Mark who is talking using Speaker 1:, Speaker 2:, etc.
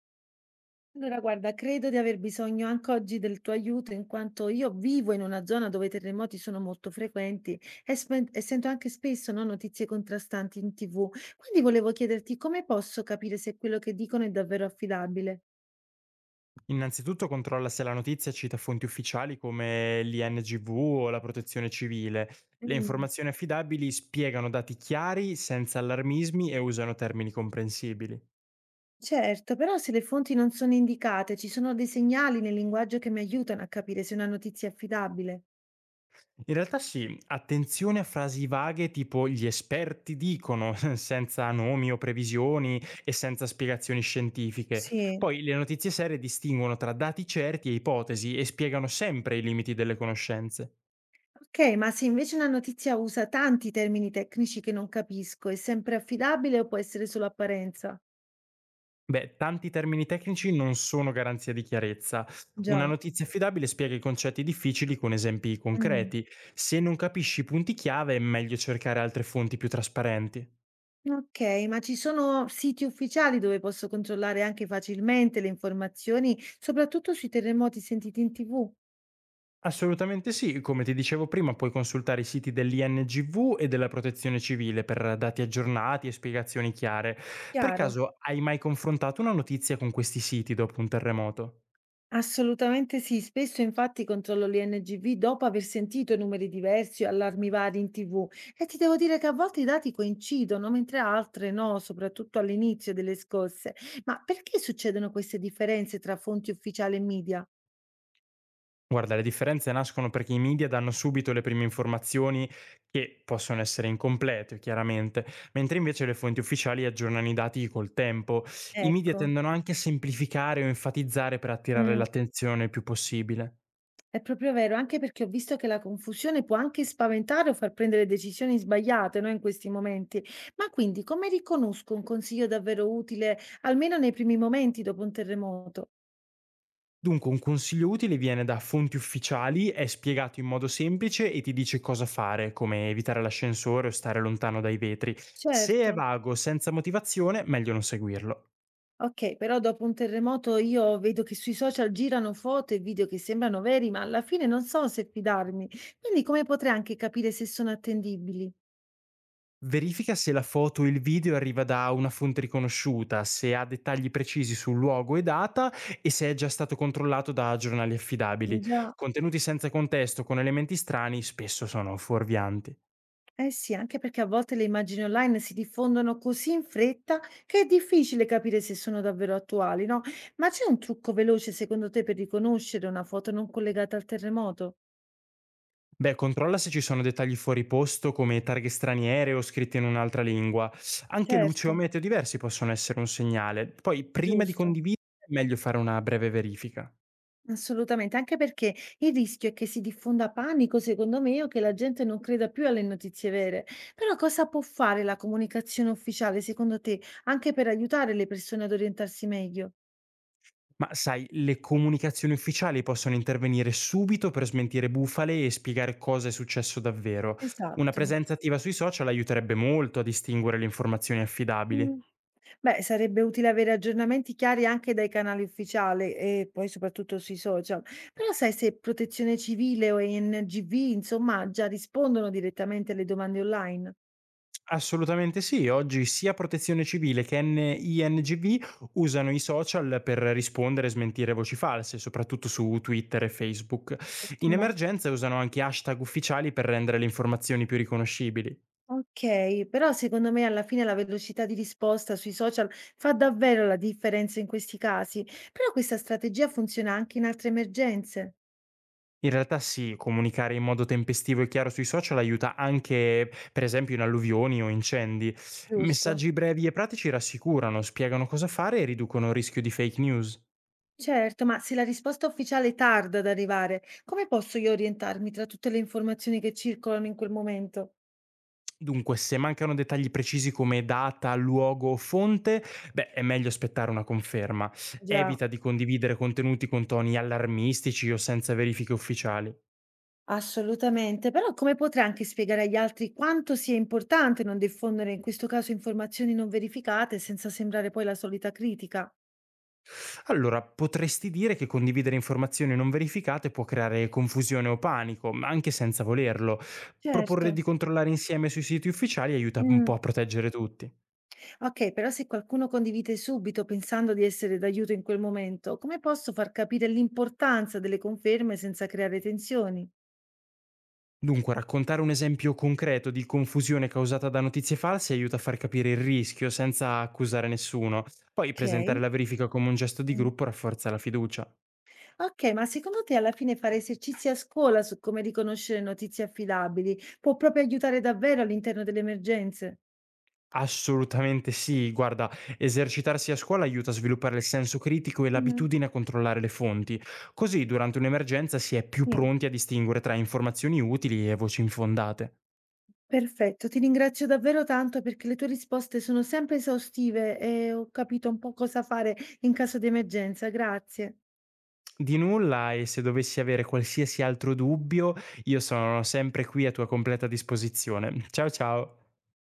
Speaker 1: Allora, guarda, credo di aver bisogno anche oggi del tuo aiuto in quanto io vivo in una zona dove i terremoti sono molto frequenti e sento anche spesso, no, notizie contrastanti in TV. Quindi volevo chiederti come posso capire se quello che dicono è davvero affidabile.
Speaker 2: Innanzitutto controlla se la notizia cita fonti ufficiali come l'INGV o la Protezione Civile. Le
Speaker 1: Mm.
Speaker 2: informazioni affidabili spiegano dati chiari, senza allarmismi e usano termini comprensibili.
Speaker 1: Certo, però se le fonti non sono indicate, ci sono dei segnali nel linguaggio che mi aiutano a capire se una notizia è affidabile.
Speaker 2: In realtà sì, attenzione a frasi vaghe tipo gli esperti dicono, senza nomi o previsioni e senza spiegazioni scientifiche.
Speaker 1: Sì.
Speaker 2: Poi le notizie serie distinguono tra dati certi e ipotesi e spiegano sempre i limiti delle conoscenze.
Speaker 1: Ok, ma se invece una notizia usa tanti termini tecnici che non capisco, è sempre affidabile o può essere solo apparenza?
Speaker 2: Beh, tanti termini tecnici non sono garanzia di chiarezza. Una
Speaker 1: Già,
Speaker 2: notizia affidabile spiega i concetti difficili con esempi
Speaker 1: mh,
Speaker 2: concreti. Se non capisci i punti chiave è meglio cercare altre fonti più trasparenti.
Speaker 1: okay, ma ci sono siti ufficiali dove posso controllare anche facilmente le informazioni, soprattutto sui terremoti sentiti in TV?
Speaker 2: Assolutamente sì, come ti dicevo prima puoi consultare i siti dell'INGV e della Protezione Civile per dati aggiornati e spiegazioni chiare. Per
Speaker 1: Chiaro.
Speaker 2: caso hai mai confrontato una notizia con questi siti dopo un terremoto?
Speaker 1: Assolutamente sì, spesso infatti controllo l'INGV dopo aver sentito numeri diversi o allarmi vari in TV, e ti devo dire che a volte i dati coincidono, mentre altre no, soprattutto all'inizio delle scosse. Ma perché succedono queste differenze tra fonti ufficiali e media?
Speaker 2: Guarda, le differenze nascono perché i media danno subito le prime informazioni che possono essere incomplete, chiaramente, mentre invece le fonti ufficiali aggiornano i dati col tempo. I media
Speaker 1: Ecco.
Speaker 2: tendono anche a semplificare o enfatizzare per attirare
Speaker 1: Mm.
Speaker 2: l'attenzione il più possibile.
Speaker 1: È proprio vero, anche perché ho visto che la confusione può anche spaventare o far prendere decisioni sbagliate, no, in questi momenti. Ma quindi come riconosco un consiglio davvero utile, almeno nei primi momenti dopo un terremoto?
Speaker 2: Dunque, un consiglio utile viene da fonti ufficiali, è spiegato in modo semplice e ti dice cosa fare, come evitare l'ascensore o stare lontano dai vetri. Se
Speaker 1: Certo.
Speaker 2: è vago, senza motivazione, meglio non seguirlo.
Speaker 1: Ok, però dopo un terremoto io vedo che sui social girano foto e video che sembrano veri, ma alla fine non so se fidarmi. Quindi come potrei anche capire se sono attendibili?
Speaker 2: Verifica se la foto o il video arriva da una fonte riconosciuta, se ha dettagli precisi su luogo e data e se è già stato controllato da giornali affidabili.
Speaker 1: Già.
Speaker 2: Contenuti senza contesto con elementi strani spesso sono fuorvianti.
Speaker 1: Eh sì, anche perché a volte le immagini online si diffondono così in fretta che è difficile capire se sono davvero attuali, no? Ma c'è un trucco veloce secondo te per riconoscere una foto non collegata al terremoto?
Speaker 2: Beh, controlla se ci sono dettagli fuori posto come targhe straniere o scritte in un'altra lingua. Anche luce
Speaker 1: Certo,
Speaker 2: o meteo diversi possono essere un segnale. Poi, prima di
Speaker 1: giusto.
Speaker 2: condividere, è meglio fare una breve verifica.
Speaker 1: Assolutamente, anche perché il rischio è che si diffonda panico, secondo me, o che la gente non creda più alle notizie vere. Però cosa può fare la comunicazione ufficiale, secondo te, anche per aiutare le persone ad orientarsi meglio?
Speaker 2: Ma sai, le comunicazioni ufficiali possono intervenire subito per smentire bufale e spiegare cosa è successo davvero. Una
Speaker 1: Esatto.
Speaker 2: presenza attiva sui social aiuterebbe molto a distinguere le informazioni affidabili.
Speaker 1: Mh. Beh, sarebbe utile avere aggiornamenti chiari anche dai canali ufficiali e poi soprattutto sui social. Però sai se Protezione Civile o NGV, insomma, già rispondono direttamente alle domande online?
Speaker 2: Assolutamente sì, oggi sia Protezione Civile che INGV usano i social per rispondere e smentire voci false, soprattutto su Twitter e Facebook. In
Speaker 1: Ottimo.
Speaker 2: emergenza usano anche hashtag ufficiali per rendere le informazioni più riconoscibili.
Speaker 1: Okay, però secondo me alla fine la velocità di risposta sui social fa davvero la differenza in questi casi. Però questa strategia funziona anche in altre emergenze?
Speaker 2: In realtà sì, comunicare in modo tempestivo e chiaro sui social aiuta anche, per esempio, in alluvioni o incendi.
Speaker 1: Giusto.
Speaker 2: Messaggi brevi e pratici rassicurano, spiegano cosa fare e riducono il rischio di fake news.
Speaker 1: Certo, ma se la risposta ufficiale tarda ad arrivare, come posso io orientarmi tra tutte le informazioni che circolano in quel momento?
Speaker 2: Dunque, se mancano dettagli precisi come data, luogo o fonte, beh, è meglio aspettare una conferma.
Speaker 1: Già,
Speaker 2: Evita di condividere contenuti con toni allarmistici o senza verifiche ufficiali.
Speaker 1: assolutamente, però come potrei anche spiegare agli altri quanto sia importante non diffondere in questo caso informazioni non verificate senza sembrare poi la solita critica?
Speaker 2: Allora, potresti dire che condividere informazioni non verificate può creare confusione o panico, ma anche senza volerlo. Proporre di
Speaker 1: Certo.
Speaker 2: controllare insieme sui siti ufficiali aiuta un
Speaker 1: Mm.
Speaker 2: po' a proteggere tutti.
Speaker 1: Ok, però se qualcuno condivide subito pensando di essere d'aiuto in quel momento, come posso far capire l'importanza delle conferme senza creare tensioni?
Speaker 2: Dunque, raccontare un esempio concreto di confusione causata da notizie false aiuta a far capire il rischio senza accusare nessuno. Poi
Speaker 1: Ok.
Speaker 2: presentare la verifica come un gesto di gruppo rafforza la fiducia.
Speaker 1: Okay, ma secondo te alla fine fare esercizi a scuola su come riconoscere notizie affidabili può proprio aiutare davvero all'interno delle emergenze?
Speaker 2: Assolutamente sì, guarda, esercitarsi a scuola aiuta a sviluppare il senso critico e
Speaker 1: Mh-mh.
Speaker 2: l'abitudine a controllare le fonti, così durante un'emergenza si è più
Speaker 1: Sì.
Speaker 2: pronti a distinguere tra informazioni utili e voci infondate.
Speaker 1: Perfetto, ti ringrazio davvero tanto perché le tue risposte sono sempre esaustive e ho capito un po' cosa fare in caso di emergenza. Grazie.
Speaker 2: Di nulla e se dovessi avere qualsiasi altro dubbio, io sono sempre qui a tua completa disposizione. Ciao ciao!